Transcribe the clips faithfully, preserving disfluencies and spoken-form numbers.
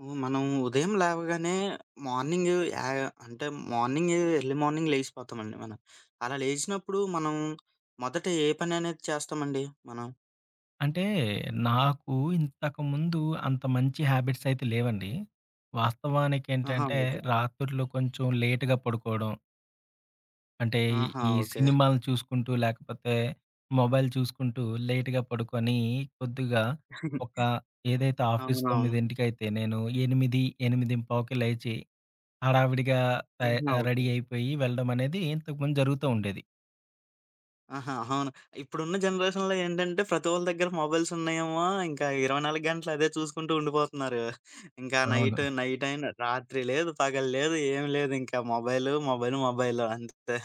హ్మ్. మనం ఉదయం లేవగానే మార్నింగ్ యా అంటే మార్నింగ్ ఎర్లీ మార్నింగ్ లెగిసిపోతామండి మనం. అలా లేచినప్పుడు మనం మొదట ఏ పననేది చేస్తామండి మనం? అంటే, నాకు ఇంతకుముందు అంత మంచి హ్యాబిట్స్ అయితే లేవండి. ఆహా! వాస్తవానికేంటంటే, ఓకే. రాత్రుళ్ళు కొంచెం లేట్‌గా పడుకోవడం. అంటే, ఆహా! ఈ ఓకే. సినిమాలు చూసుకుంటూ, లేకపోతే మొబైల్ చూసుకుంటూ లేట్‌గా పడుకొని, కొద్దిగా ఒక ఏదైతే ఆఫీస్ అవునవును. తొమ్మిదికి నేను ఎనిమిది, 8:15కి లేచి, హడావిడిగా తయా ఆహా! ఆహ్, ఓకే. రెడీ అయిపోయి వెళ్ళడం అనేది ఇంతకుముందు జరుగుతూ ఉండేది. ఆహా! అవును. ఇప్పుడున్న జనరేషన్‌లో ఏంటంటే ప్రతి ఒళ్ళ దగ్గర మొబైల్స్ ఉన్నాయేమో ఇంకా ఇరవై నాలుగు గంటలు అదే చూసుకుంటూ ఉండిపోతున్నారు. ఇంకా అవును, నైట్ నైట్ అయినా రాత్రి లేదు, పగలు లేదు, ఏమి లేదు ఇంకా మొబైలు, మొబైలు, మొబైలు అంతే.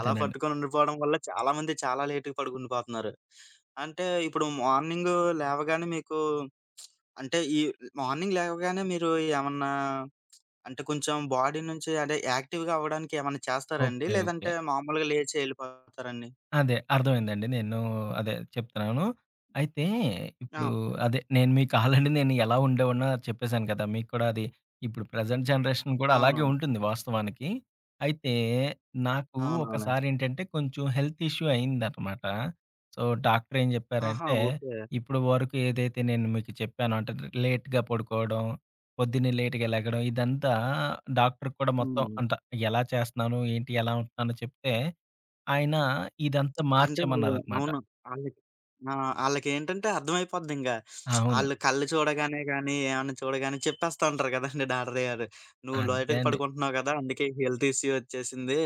అలా పట్టుకొని ఉండిపోవడం వల్ల చాలామంది చాలా లేట్‌గా పడుకుండిపోతున్నారు. అంటే ఇప్పుడు మార్నింగు లేవగానే మీకు అంటే ఈ మార్నింగ్ లేవగానే మీరు ఏమన్నా అంటే కొంచెం బాడీ నుంచి అదే యాక్టివ్‌గా అవ్వడానికి ఏమన్నా చేస్తారా అండి? Okay, okay. లేదంటే మామూలుగా లేచి ఎళ్ళిపోతారా అండి? అదే అర్థమైందండి. నేను అదే చెప్తున్నాను. అయితే ఆ! ఇప్పుడు ఓకే. అదే నేను మీకు ఆల్రెడీ నేను ఎలా ఉండేవాడినో చెప్పేసాను కదా! మీకు కూడా అది ఇప్పుడు ప్రెజెంట్ జనరేషన్ కూడా అలాగే అవునవును. ఉంటుంది వాస్తవానికి. అయితే నాకు అవునవునండి. ఒకసారేంటంటే కొంచెం హెల్త్ ఇష్యూ అయిందనమాట. సో, డాక్టర్ ఏం ఆహా! చెప్పారంటే, ఓకే. ఇప్పుడు వరకు ఏదైతే నేను మీకు చెప్పానో అంటే లేట్‌గా పడుకోవడం, పొద్దున్నే లేట్‌గా లెగడం ఇదంతా డాక్టర్‌కి కూడా మొత్తం హ్మ్. అంతా ఎలా చేస్తున్నాను, ఏంటి, ఎలా ఉంటున్నానో చెప్తే ఆయన ఇదంతా అంటే వాళ్ళు మార్చేయమన్నారనమాట. అవును. ఆళ్ళకి ఆ! ఆళ్ళకేంటంటే అర్థమైపోద్దింక. అవును, ఆళ్ళు కళ్ళు చూడగానే గానీ, ఏమన్నా చూడగానే చెప్పేస్తా ఉంటారు కదండీ డాక్టర్ గారు. "నువ్వు అంతే లోయటకి అండి. పడుకుంటున్నావు కదా! అందుకే హెల్త్ ఇష్యూ వచ్చేసింది.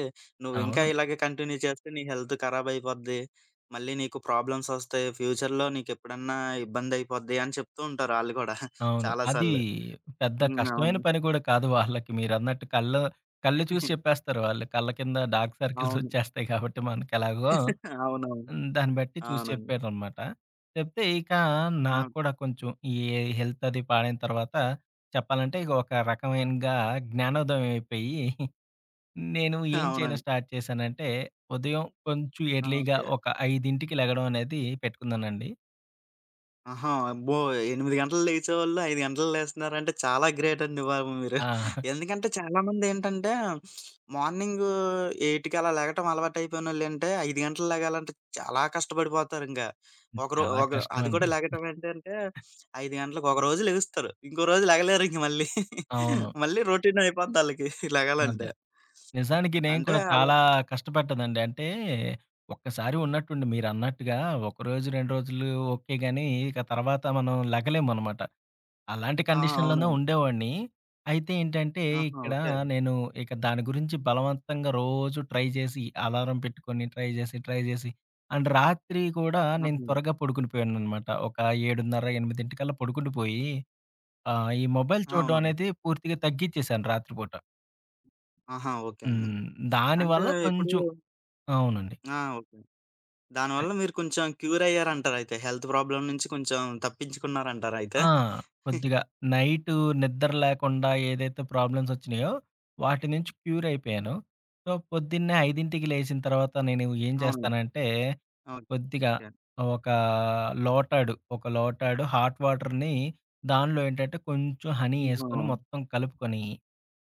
నువ్వింకా అవును, ఇలాగే కంటిన్యూ చేస్తే నీ హెల్త్ ఖరాబయిపోద్ది. మళ్ళీ నీకు ప్రాబ్లమ్స్ ఒస్తాయి. ఫ్యూచర్‌లో నీకెప్పుడన్నా ఇబ్బందయిపోద్ది" అని చెప్తూ ఉంటారు ఆళ్ళు గూడా అవును. చాలా అది సార్లు. పెద్ద హ్మ్. కష్టమైన అవును. పని కూడా కాదు వాళ్ళకి. మీరన్నట్టు కళ్ళు కళ్ళు చూసి చెప్పేస్తారు వాళ్ళు. కళ్ళ కింద డార్క్ సర్కిల్స్ అవును. వచ్చేస్తాయి కాబట్టి మనకెలాగో. అవునవును. హ్మ్, దాన్ని బట్టి చూసి అవునండి. చెప్పారనమాట. చెప్తే ఇక ఆ! నాకు కూడా కొంచెం ఈ హెల్త్ అది పాడైన తర్వాత చెప్పాలంటే ఇక ఒక రకమైనగా జ్ఞానోదయం అయిపోయి నేను ఏం చేయడం అవునండి. స్టార్ట్ చేశానంటే, ఉదయం కొంచెం ఆ! ఎర్లీగా ఓకే. ఒక ఐదుకి లెగడం అనేది పెట్టుకున్నానండి. ఆహా! అబ్బో! ఎనిమిది గంటలకు లేచేవాళ్ళు ఐదు గంటలకు లేస్తున్నారంటే చాలా గ్రేట్ అండి బాబు మీరు. ఆ! ఎందుకంటే చాలామందేంటంటే మార్నింగ్ ఎనిమిదికి అలా లెగటం అలవాటయిపోయినోళ్ళేంటే ఐదు గంటలకు లెగాలంటే చాలా కష్టపడిపోతారింక. ఒక రో చాలా ఒక అది కూడా కష్టమండి. లెగటం ఏంటంటే ఐదు గంటలకు ఒక రోజు లెగుస్తారు. ఇంకో రోజు లెగలేరింక మళ్ళీ. అవును, మళ్ళీ రొటీన్ అయిపోద్దళ్ళకి లెగాలంటే. అదే. నిజానికి నేను అంటే కూడా అలా చాలా కష్టపడ్డానండి. అంటే, ఒక్కసారి ఉన్నట్టుండి మీరన్నట్టుగా ఒకరోజు, రెండు రోజులు ఓకే గానీ, ఇక తర్వాత మనం లెగలేమనమాట. అలాంటి ఆ! కండిషన్‌లోనే అవునండి. ఉండేవాడిని. అయితే ఏంటంటే, ఆహా! ఇక్కడ ఓకే. నేను ఇక దాని గురించి బలవంతంగా రోజు ట్రై చేసి, అలారం పెట్టుకొని ట్రై చేసి, ట్రై చేసి అండ్ రాత్రి కూడా ఆహా! నేను ఓకే. త్వరగా పడుకుండిపోయాననమాట. ఒక ఏడున్నర, ఎనిమిది పడుకుండిపోయి ఆహ్, ఈ మొబైల్ చూడడం అవునవును. అనేది పూర్తిగా తగ్గిచ్చేశాను రాత్రిపూట. ఆహా! ఓకే అండి. హ్మ్, అంటే దానివల్ల ఇప్పుడు కొంచెం అవునండి. ఆ! ఓకే. దానివల్ల మీరు కొంచెం క్యూర్ అయ్యారంటారయితే. హెల్త్ ప్రాబ్లమ్ నుంచి కొంచెం తప్పించుకున్నారంటారయితే. ఆ! కొద్దిగా నైటు నిద్ర లేకుండా ఏదైతే ప్రాబ్లమ్స్ వచ్చినాయో, వాటి నుంచి క్యూర్ అయిపోయాను. సో, పొద్దున్నే ఐదుకి లేచిన తర్వాత నేను ఏం అవును. చేస్తానంటే, కొద్దిగా ఓకే. ఒక లోటాడు, ఒక లోటాడు హాట్ వాటర్‌ని దానిలో ఏంటంటే కొంచెం హనీ హుహు. ఏసుకొని మొత్తం కలుపుకొని,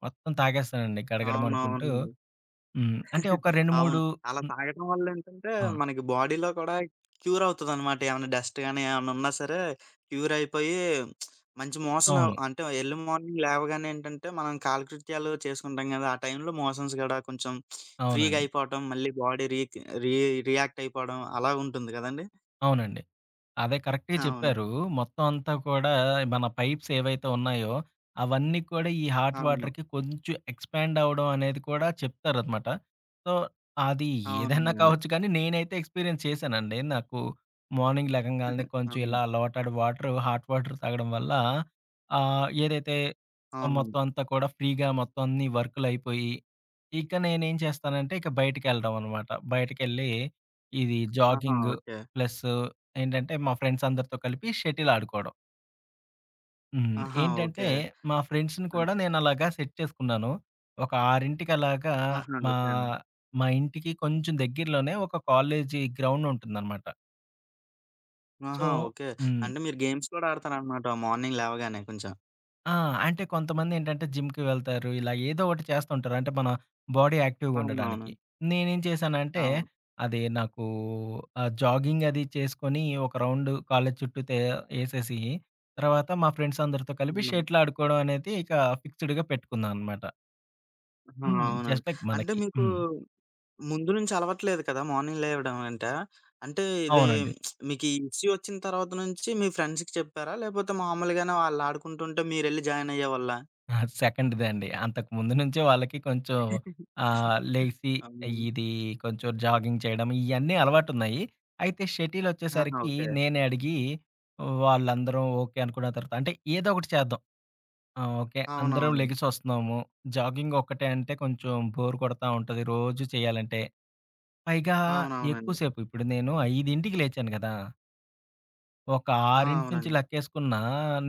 మొత్తం తాగేస్తానండి గడగడమనుకుంటూ. అవునవునండి. హ్మ్, అంటే ఒక రెండు, అవును. మూడు. అలా హ్మ్. తాగటం వల్లేంటంటే, ఆ! మనకి బాడీలో కూడా క్యూర్ అవుతదనమాట. ఏమన్నా డస్ట్ గాని, ఏమన్నా ఉన్నా సరే క్యూర్ అయిపోయి మంచి మోషన్ అవ్ అవును, అంటే ఎర్లీ మార్నింగ్ లేవగానే ఏంటంటే, మనం కాలకృత్యాలు చేసుకుంటాం గదా! ఆ టైంలో మోషన్స్ గూడా కొంచెం ఫ్రీగా అవునండి, అయిపోవటం, మళ్ళీ బాడీ రీక్ రీ రియాక్ట్ అయిపోవడం అలా ఉంటుంది గదండీ! అవునండి. అదే కరెక్ట్‌గా అవును. చెప్పారు. మొత్తం అంతా కూడా మన పైప్స్ ఏవైతే ఉన్నాయో, అవన్నీ కూడా ఈ హాట్ అవును. వాటర్‌కి కొంచెం ఎక్స్‌పాండ్ అవ్వడం అనేది కూడా చెప్తారనమాట. సో, అది ఏదైనా అవునండి. కావచ్చు కానీ నేనైతే ఎక్స్‌పీరియన్స్ చేశానండి. నాకు మార్నింగ్ లెగంగాల్నే కొంచెం అవును. ఇలా లోటాడు వాటర్ హాట్ వాటర్ తాగడం వల్ల ఆహ్, ఏదైతే అవునండి. మొత్తం అంతా కూడా ఫ్రీగా మొత్తం అన్ని వర్కులయిపోయి, ఇక నేనేం చేస్తానంటే ఇక బయటికెళ్ళడం అనమాట. బయటికెళ్ళి ఇది ఆహా! Jogging okay. ప్లస్ ఏంటంటే, మా ఫ్రెండ్స్ అందరితో కలిపి షటిల్ ఆడుకోవడం. హ్మ్, ఆహా! ఏంటంటే, ఓకే. మా ఫ్రెండ్స్‌ని అన్ కూడా నేనలాగా సెట్ చేసుకున్నాను. ఒక 6:00కి అలాగా ఆహా! మా ఓకే అండి. మా ఇంటికి కొంచెం దగ్గరలోనే ఒక కాలేజీ గ్రౌండ్ ఉంటుందనమాట. సో, ఆహా! ఓకే. హ్మ్. అంటే మీరు గేమ్స్ కూడా ఆడతారనమాట మార్నింగ్ లేవగానే కొంచెం. ఆ! అంటే కొంతమందేంటంటే జిమ్‌కి వెళ్తారు. ఇలా ఏదో ఒకటి చేస్తుంటారు. అంటే మన బాడీ యాక్టివ్‌గా అవునవును. ఉండడానికి. నేనేం చేశానంటే అవును. అది నాకు ఆహ్, జాగింగ్ అది చేసుకొని ఒక రౌండ్ కాలేజ్ చుట్టూ తే ఏసేసి తర్వాత మా ఫ్రెండ్స్ అందరితో కలిపి హ్మ్. షటిల్ ఆడుకోవడం అనేది ఇక ఫిక్స్‌డ్‌గా పెట్టుకున్నాననమాట. ఆహా! హ్మ్, అవునండి. జస్ట్ లైక్ అంటే మనకి. మీకు హ్మ్, ముందు నుంచి అలవాట్లేదు కదా! మార్నింగ్ లేవడం అంటే. అంటే ఇది అవునండి. మీకు ఈ ఇష్యూ వచ్చిన తర్వాత నుంచి మీ ఫ్రెండ్స్‌కి చెప్పారా? లేపోతే మామూలుగానే వాళ్ళు ఆడుకుంటుంటే మీరెళ్లి జాయిన్ అయ్యేవాళ్ళా? ఆ! సెకండ్‌దే అండి. అంతకు ముందు నుంచే వాళ్ళకి అవునా? కొంచెం ఆహ్, లెగిసి ఇది కొంచెం జాగింగ్ చేయడం ఇయన్నీ అలవాటున్నాయి. అయితే ఆహా! షటిలొచ్చేసరికి ఓకే. నేనే అడిగి వాళ్ళందరం ఓకే అనుకున్న తర్వాత అంటే ఏదో ఒకటి చేద్దాం. ఆ! ఓకే, అందరం అవునవును. లెగిసొస్తున్నాము. జాగింగ్ ఒక్కటే అంటే కొంచెం బోర్ కొడతా ఉంటది రోజు చేయాలంటే. పైగా ఎక్కువ అవునవునండి. సేపు ఇప్పుడు నేను ఐదుకి లేచాను గదా! ఒక ఆ! ఆరు నుంచి అవునండి. లెక్కేసుకున్నా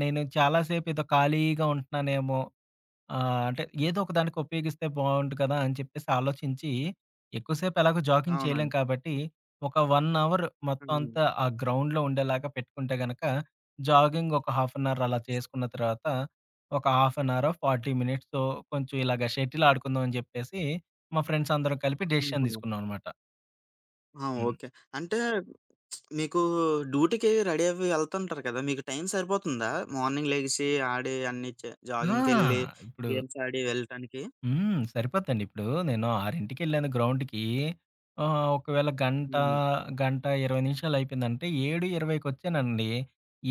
నేను చాలా సేపు ఏదో ఖాళీగా ఉంటున్నానేమో. ఆ! అంటే ఏదో ఒక దానికి ఉపయోగిస్తే బావుండు కదా! అని చెప్పేసి ఆలోచించి, ఎక్కువసేపు ఎలాగో జాగింగ్ చేయలేం అవునండి. కాబట్టి, ఒక 1 అవర్ మొత్తం హ్మ్. అంతా ఆ గ్రౌండ్‌లో ఉండేలాగా పెట్టుకుంటే గనక, జాగింగ్ ఒక హాఫ్ అన్ అవర్ అలా చేసుకున్న తర్వాత, ఒక హాఫ్ అన్ అవరో, నలభై మినిట్సో కొంచెం ఇలాగ షటిల్ ఆడుకుందాం అని చెప్పేసి, మా ఫ్రెండ్స్ అందరం కలిపి డెసిషన్ హుహు. తీసుకున్నాం అనమాట. ఆ! హ్మ్. ఓకే. అంటే మీకు డ్యూటీకి రెడీ అవ్వి ఎళ్తుంటారు కదా! మీకు టైం సరిపోతుందా? మార్నింగ్ లెగిసి ఆడి అన్ని చే ఆ! జాగింగ్‌కెళ్ళి, ఇప్పుడు గేమ్స్ ఆడి వెళ్ళటానికి? హ్మ్, సరిపోద్దండి. ఇప్పుడు నేను 6:00కెళ్ళాను గ్రౌండ్‌కి. ఆహ్, ఒకవేళ గంట, హ్మ్. గంట ఇరవై నిమిషాలు అయిపోయిందంటే 7:20కొచ్చానండి.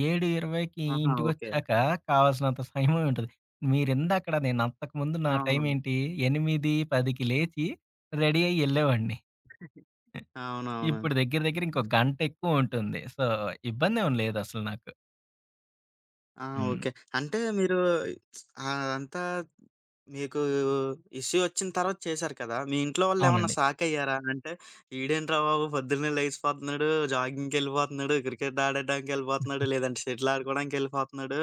7:20కి ఆహా! ఓకే. ఇంటికొచ్చాక కావాల్సినంత సమయం ఉంటది. మీరిందాకడ నేను అంతకుముందు నా అవును. టైమేంటి? ఎనిమిది, పదికి లేచి రెడీ అయ్యి ఎళ్ళేవాడిని. ఇప్పుడు అవునవునండి. దగ్గర దగ్గర ఇంకో గంట ఎక్కువ ఉంటుంది. సో, ఇబ్బందేం లేదసలు నాకు. ఆ! హ్మ్, ఓకే. అంటే మీరు అదంతా మీకు ఇష్యూ వచ్చిన తర్వాత చేశారు కదా! మీ ఇంట్లో వాళ్ళేమన్నా అవునండి, షాకయ్యారా? అంటే "ఈడేంట్రా బాబు పొద్దున్నే లేచిపోతున్నాడు, జాగింగ్‌కెళ్ళిపోతున్నాడు, క్రికెట్ ఆడడానికెళ్ళిపోతున్నాడు, లేదంటే షటిల్ ఆడుకోవడానికెళ్ళిపోతున్నాడు.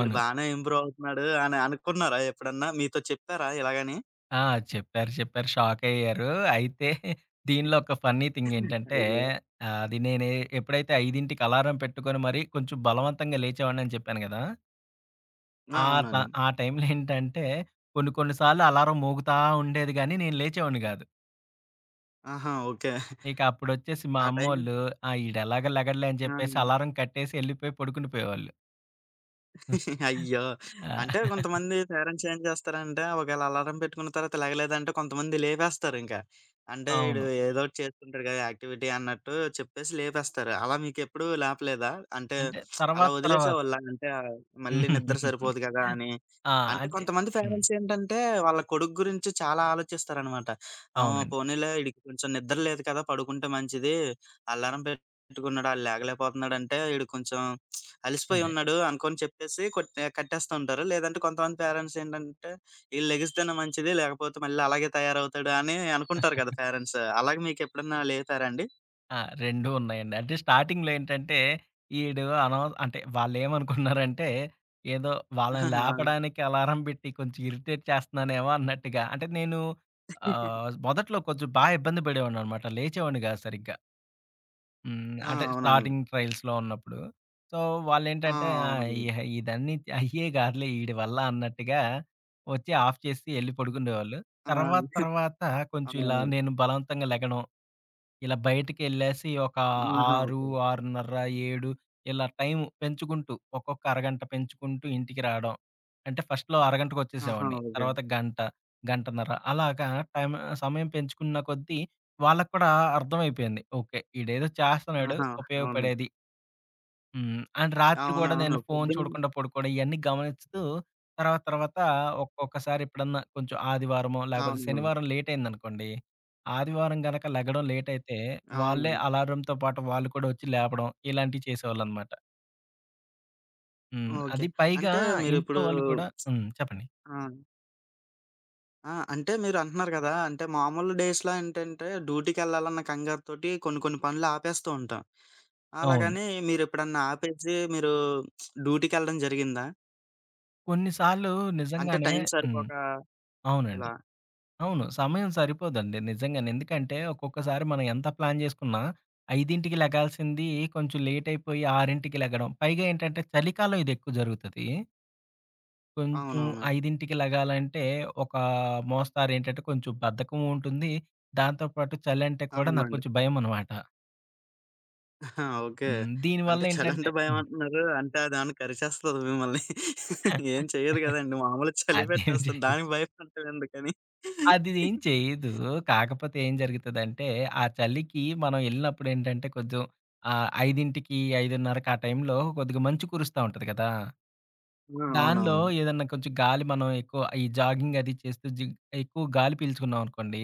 ఈడు బానే ఇంప్రూవ్ అవుతున్నాడు" అని అనుకున్నారా ఎప్పుడన్నా? మీతో చెప్పారా ఇలాగని? ఆ! చెప్పారు, చెప్పారు, షాకయ్యారు. అయితే దీనిలో ఒక ఫన్నీ థింగ్ ఏంటంటే, అయ్యో! ఆహ్, అది నేను ఎప్పుడైతే ఐదుకి అలారం పెట్టుకొని మరీ కొంచెం బలవంతంగా లేచేవాడినని చెప్పాను గదా! ఆ! ఆ ట అవునండి. ఆ టైంలో ఏంటంటే కొన్ని కొన్ని సార్లు అలారం మోగుతా ఉండేది గానీ, నేను లేచేవాడిని గాదు. ఆహా! ఓకే. ఇక అప్పుడొచ్చేసి మా ఆ టైం అమ్మోళ్ళు ఆ! ఈడెలాగో లెగడులే అని ఆ! చెప్పేసి అలారం కట్టేసి ఎళ్ళిపోయి పడుకుని పోయేవాళ్ళు. అయ్యో! ఆ! అంటే కొంతమంది పేరెంట్స్ ఏం చేస్తారంటే, ఒకవేళ అలారం పెట్టుకున్న తర్వాత లెగలేదంటే కొంతమంది లేపేస్తారింక. అంటే ఈడు అవును. ఏదో ఒకటి చేస్తుంటాడు కదా! యాక్టివిటీ అన్నట్టు చెప్పేసి లేపేస్తారు. అలా మీకెప్పుడూ లేపలేదా? అంటే అంటే అలా తర్వాత తర్వాత. వదిలేసేవాళ్ళా? అంటే ఆహ్, మళ్ళీ నిద్ర సరిపోదు కదా! అని. ఆ! అంటే అంటే కొంతమంది హ్మ్, పేరెంట్స్ ఏంటంటే, వాళ్ళ కొడుకు గురించి చాలా ఆలోచిస్తారనమాట. ఆహ్, అవునండి, పోనీలే ఈడికి కొంచెం నిద్ర లేదు కదా! పడుకుంటే మంచిది. అల్లారం పెట్టుకున్నాడు ఆడు లేగలేకపోతున్నాడంటే ఈడు కొంచెం అలసిపోయి అదే. ఉన్నాడు అనుకోని చెప్పేసి కొట్టే కట్టేస్తూ ఉంటారు. లేదంటే కొంతమంది పేరెంట్స్ ఏంటంటే, ఈళ్ళు లెగిస్తేనే మంచిది లేకపోతే మళ్ళీ అలాగే తయారవుతాడు అని అనుకుంటారు కదా పేరెంట్స్. అలాగే మీకెప్పుడన్నా లేపారా అండి? ఆ! రెండూ ఉన్నాయండి. అంటే స్టార్టింగ్‌లో ఏంటంటే, ఈడు అనవ అంటే వాళ్ళేమనుకున్నారంటే, ఏదో వాళ్ళని ఆ! లేపడానికి అలారం పెట్టి కొంచెం ఇరిటేట్ చేస్తున్నానేమో అన్నట్టుగా. అంటే నేను ఆహ్, మొదట్లో కొంచెం బా ఇబ్బంది పడేవాడిననమాట. లేచేవాడిని కాదు సరిగ్గా. హ్మ్, ఆ! అంటే అవునండి. స్టార్టింగ్ ట్రైల్స్‌లో ఉన్నప్పుడు. సో, ఆ! వాళ్ళేంటంటే ఆహ్, అవునండి. ఇహ ఇదన్నీ అయ్యే కాదులే ఈడి వల్ల అన్నట్టుగా వచ్చి ఆఫ్ చేసి ఎళ్లి పడుకునేవాళ్ళు. ఆ! తర్వాత తర్వాత కొంచెం ఇలా అవునండి. నేను బలవంతంగా లెగడం ఇలా బయటికెళ్ళేసి ఒక ఆహా! ఆరు, ఓకే. ఆరున్నర, ఏడు ఇలా టైం పెంచుకుంటూ ఒక్కొక్క అరగంట పెంచుకుంటూ ఇంటికి రావడం. అంటే ఫస్ట్‌లో ఆహా! అరగంటకొచ్చేసేవాడిని. ఓకే. తర్వాత గంట, గంటన్నర అలాగా టైం సమయం పెంచుకున్న కొద్దీ వాళ్ళకి కూడా అర్థమైపోయింది. ఓకే, ఈడేదో చేస్తన్నాడు ఆహా! అవునండి. ఉపయోగపడేది. హ్మ్, అండ్ రాత్రి గూడా అవునవును. నేను ఫోను పొద్దున్న చూడకుండా పడుకోవడం ఇయన్నీ గమనిస్తూ తర్వాత తర్వాత ఒక్కొక్కసారి ఎప్పుడన్నా కొంచెం ఆదివారమో, లేకపోతే అవునవును. శనివారం లేటయిందనుకోండి. ఆదివారం గనక లెగడం లేటయితే వాళ్ళే అవునండి. అలారంతో పాటు వాళ్ళు కూడా వచ్చి లేపడం ఇలాంటివి చేసేవాళ్ళనమాట. హ్మ్, ఓకే. అది పైగా అంటే ఇంట్లో మీరిప్పుడు వాళ్ళు కూడా. హ్మ్, చెప్పండి. ఆ! ఆ! అంటే మీరంటున్నారు గదా! అంటే మామూలు డేస్‌లో ఏంటంటే డ్యూటీకెళ్ళాలన్న కంగారుతోటి కొన్ని కొన్ని పనులు ఆపేస్తూ ఉంటాం. అవును. అలాగని మీరెప్పుడన్నా ఆపేసి మీరు డ్యూటీకెళ్ళడం జరిగిందా? కొన్ని సార్లు అంటే నిజంగానే. టైం హ్మ్, సరిపోక ఇలా. అవునండి. అవును, సమయం సరిపోదండి నిజంగానే. ఎందుకంటే ఒక్కొక్కసారి మనం ఎంత ప్లాన్ జేసుకున్నా ఐదుకి లెగాల్సింది కొంచెం లేట్ అయిపోయి ఆరుకి లెగడం. పైగా ఏంటంటే చలికాలం ఇది ఎక్కువ జరుగుతది. కొంచెం అవునవును. ఐదుకి లెగాలంటే ఒక మోస్తారు ఏంటంటే కొంచెం బద్ధకం ఉంటుంది. దాంతో పాటు చలంటే కూడా నాకు అవునండి. కొంచెం భయమనమాట. ఓకే. హ్మ్, అంటే దీనివల్ల ఏంటంటే చలంటే భయమంటున్నారు. అంటే అదేమన్నా కరిచేస్తదా మిమ్మల్ని? ఏం చెయ్యదు హ్మ్, గదండీ! మామూలుగా చలి అదేం పెట్టేస్తది. చేయదు, దానికి భయపడతారెందుకని? అది ఏం చేయదు. కాకపోతే ఏం జరుగుతదంటే, ఆ చలికి మనం ఎళ్ళినప్పుడు ఏంటంటే, కొంచెం ఆహ్, 5:00కి, 5:30కి ఆ టైంలో కొద్దిగా మంచు కురుస్తా ఉంటది కదా! ఆ! దానిలో అవునవునండి. ఏదన్నా కొంచెం గాలి మనం ఎక్కువ ఈ జాగింగ్ అది చేస్తూ జి ఎక్కువ గాలి పీల్చుకున్నామనుకోండి,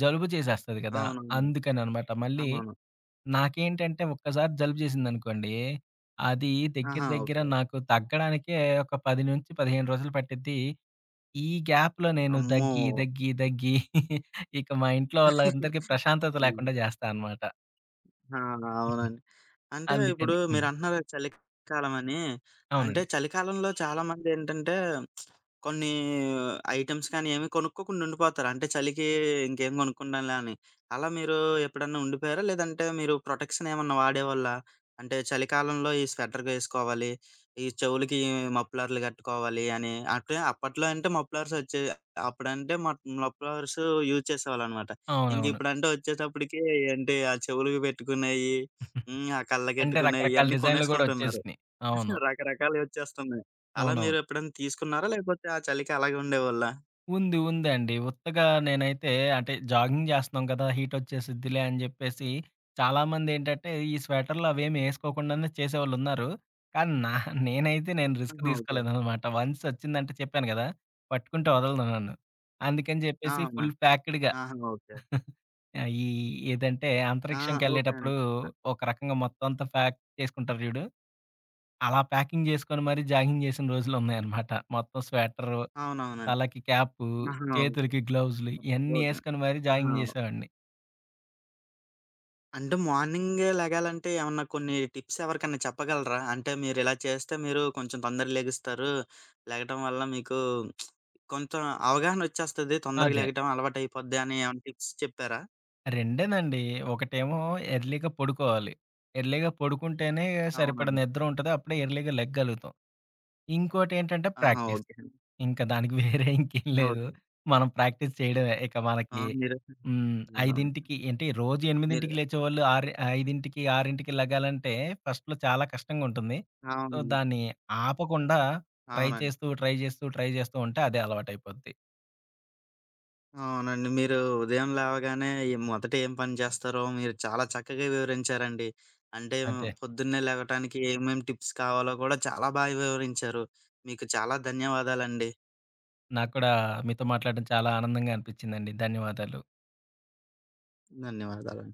జలుబు చేసేస్తది కదా! అవునవును. అందుకననమాట. మళ్ళీ అవును. నాకేంటంటే, ఒక్కసారి జలుబు చేసిందనుకోండి, అది దగ్గర ఆహా! దగ్గర ఓకే. నాకు తగ్గడానికే ఒక పది పదిహేను రోజులు పట్టిద్ది. ఈ గ్యాప్‌లో నేను అమ్మో! దగ్గి, దగ్గి, దగ్గి ఇక మా ఇంట్లో వాళ్ళందరికీ ప్రశాంతత హ్మ్. లేకుండా జేస్తా అనమాట. ఆ! అవునండి. అంటే ఇప్పుడు అందుకని. హ్మ్, మీరంటున్నారు కదా చలికాలమని. అంటే అవునండి, చలికాలంలో చాలామందేంటంటే కొన్ని ఐటెమ్స్ కానీ ఏమి కొనుక్కోకుండా ఉండిపోతారు. అంటే చలికి ఇంకేం కొనుక్కుండంలే అని. అలా మీరు ఎప్పుడన్నా ఉండిపోయారా? లేదంటే మీరు ప్రొటెక్షన్ ఏమన్నా వాడేవాళ్ళా? అంటే చలికాలంలో ఈ స్వెటర్‌గేసుకోవాలి, ఈ చెవులకి మఫ్లర్‌లు కట్టుకోవాలి అని. అంటే అప్పట్లో అంటే మఫ్లర్స్ వచ్చేవి. అప్పుడంటే మఫ్ మఫ్లర్స్ యూజ్ చేసేవాళ్ళనమాట. అవునవును. ఇంకిప్పుడంటే వచ్చేటప్పటికి ఏంటి ఆ చెవులకి పెట్టుకునేయి హ్మ్. ఆ అంటే కళ్ళకెట్టుకునేయి రకరకాల ఇయన్నీ డిజైన్‌లు గూడా కొనేసుకుంటున్నారు. ఒచ్చేసినియి. అవును, రకరకాలయొచ్చేస్తున్నాయి. అలా అవునవును. మీరెప్పుడైనా తీసుకున్నారా? లేకపోతే ఆ చలికి అలాగే ఉండేవాళ్ళా? ఉంది, ఉందండి. ఉత్తగా నేనైతే అంటే జాగింగ్ జేస్తున్నాం గదా! హీటొచ్చేసిద్దిలే అని జెప్పేసి చాలామందేంటంటే ఈ స్వెటర్‌లు అవేమి ఏసుకోకుండానే చేసేవాళ్ళున్నారు. కానీ నా నేనైతే నేను రిస్క్ ఆహా! ఓకే. దీసుకోలేదనమాట. వన్స్ ఒచ్చిందంటే చెప్పాను గదా! పట్టుకుంటే వదలను నన్ను. అందుకని ఆ! జెప్పేసి ఫుల్ అవునండి. ప్యాక్డ్‌గా. ఆహా! ఓకే. ఆ! ఈ ఏదంటే ఆ! ఓకే అండి. అంతరిక్షంకెళ్ళేటప్పుడు అ ఒక రకంగా మొత్తం అంతా ప్యాక్ చేసుకుంటారు జూడు. అలా ప్యాకింగ్ జేసుకొని మరి జాగింగ్ జేసిన రోజులున్నాయన్నమాట. మొత్తం స్వెటరు, అవునవునండి. తలకి క్యాపు, ఆహా! ఓకే. చేతులకి గ్లౌజులు ఇయన్నీ ఓకే. యేసుకొని మరి ఆహా! జాగింగ్ జేసేవాడిని. అంటే మార్నింగే లెగాలంటే ఏమన్నా కొన్ని టిప్స్ ఎవరికన్నా చెప్పగలరా? అంటే మీరిలా చేస్తే మీరు కొంచెం తొందరగా లెగుస్తారు. లెగటం వల్ల మీకు కొంత అవగాహనొచ్చేస్తది. తొందరగా అదే, లెగటం అలవాటయిపోద్ది అని ఏమన్నా టిప్స్ చెప్పారా? రెండేనండి. ఒకటేమో ఎర్లీగా పడుకోవాలి. ఎర్లీగా పడుకుంటేనే సరిపడా అవునండి. నిద్ర ఉంటది. అప్పుడే ఎర్లీగా లెగ్గలుగుతాం. ఇంకోటేంటంటే ఆహా! ప్రాక్టీస్. ఓకే. ఇంకా దానికి వేరే ఇంకేం లేదు. ఓకే. మనం ప్రాక్టీస్ చేయడమే. ఇక ఆ! మనకి మీరు హ్మ్, అవునవును. ఐదుకి అంటే రోజు మీరు ఎనిమిదికి లేచేవాళ్ళు ఆరు ఐదుకి, ఆరుకి లెగాలంటే ఫస్ట్‌లో చాలా కష్టంగా ఉంటుంది. సో, అవును. దాన్ని ఆపకుండా ట్రై అవునండి. చేస్తూ, ట్రై చేస్తూ, ట్రై చేస్తూ ఉంటే అదే అలవాటైపోద్ది. అవునండి. మీరు ఉదయం లేవగానే ఈ మొదట ఏం పని చేస్తారో మీరు చాలా చక్కగా వివరించారండి. అంటే అదే. పొద్దున్నే లెగటానికి ఏమేం టిప్స్ కావాలో కూడా చాలా బాగా వివరించారు. మీకు చాలా ధన్యవాదాలండి. నాకు కూడా మీతో మాట్లాడడం చాలా ఆనందంగా అనిపించిందండి. ధన్యవాదాలు. ధన్యవాదాలు.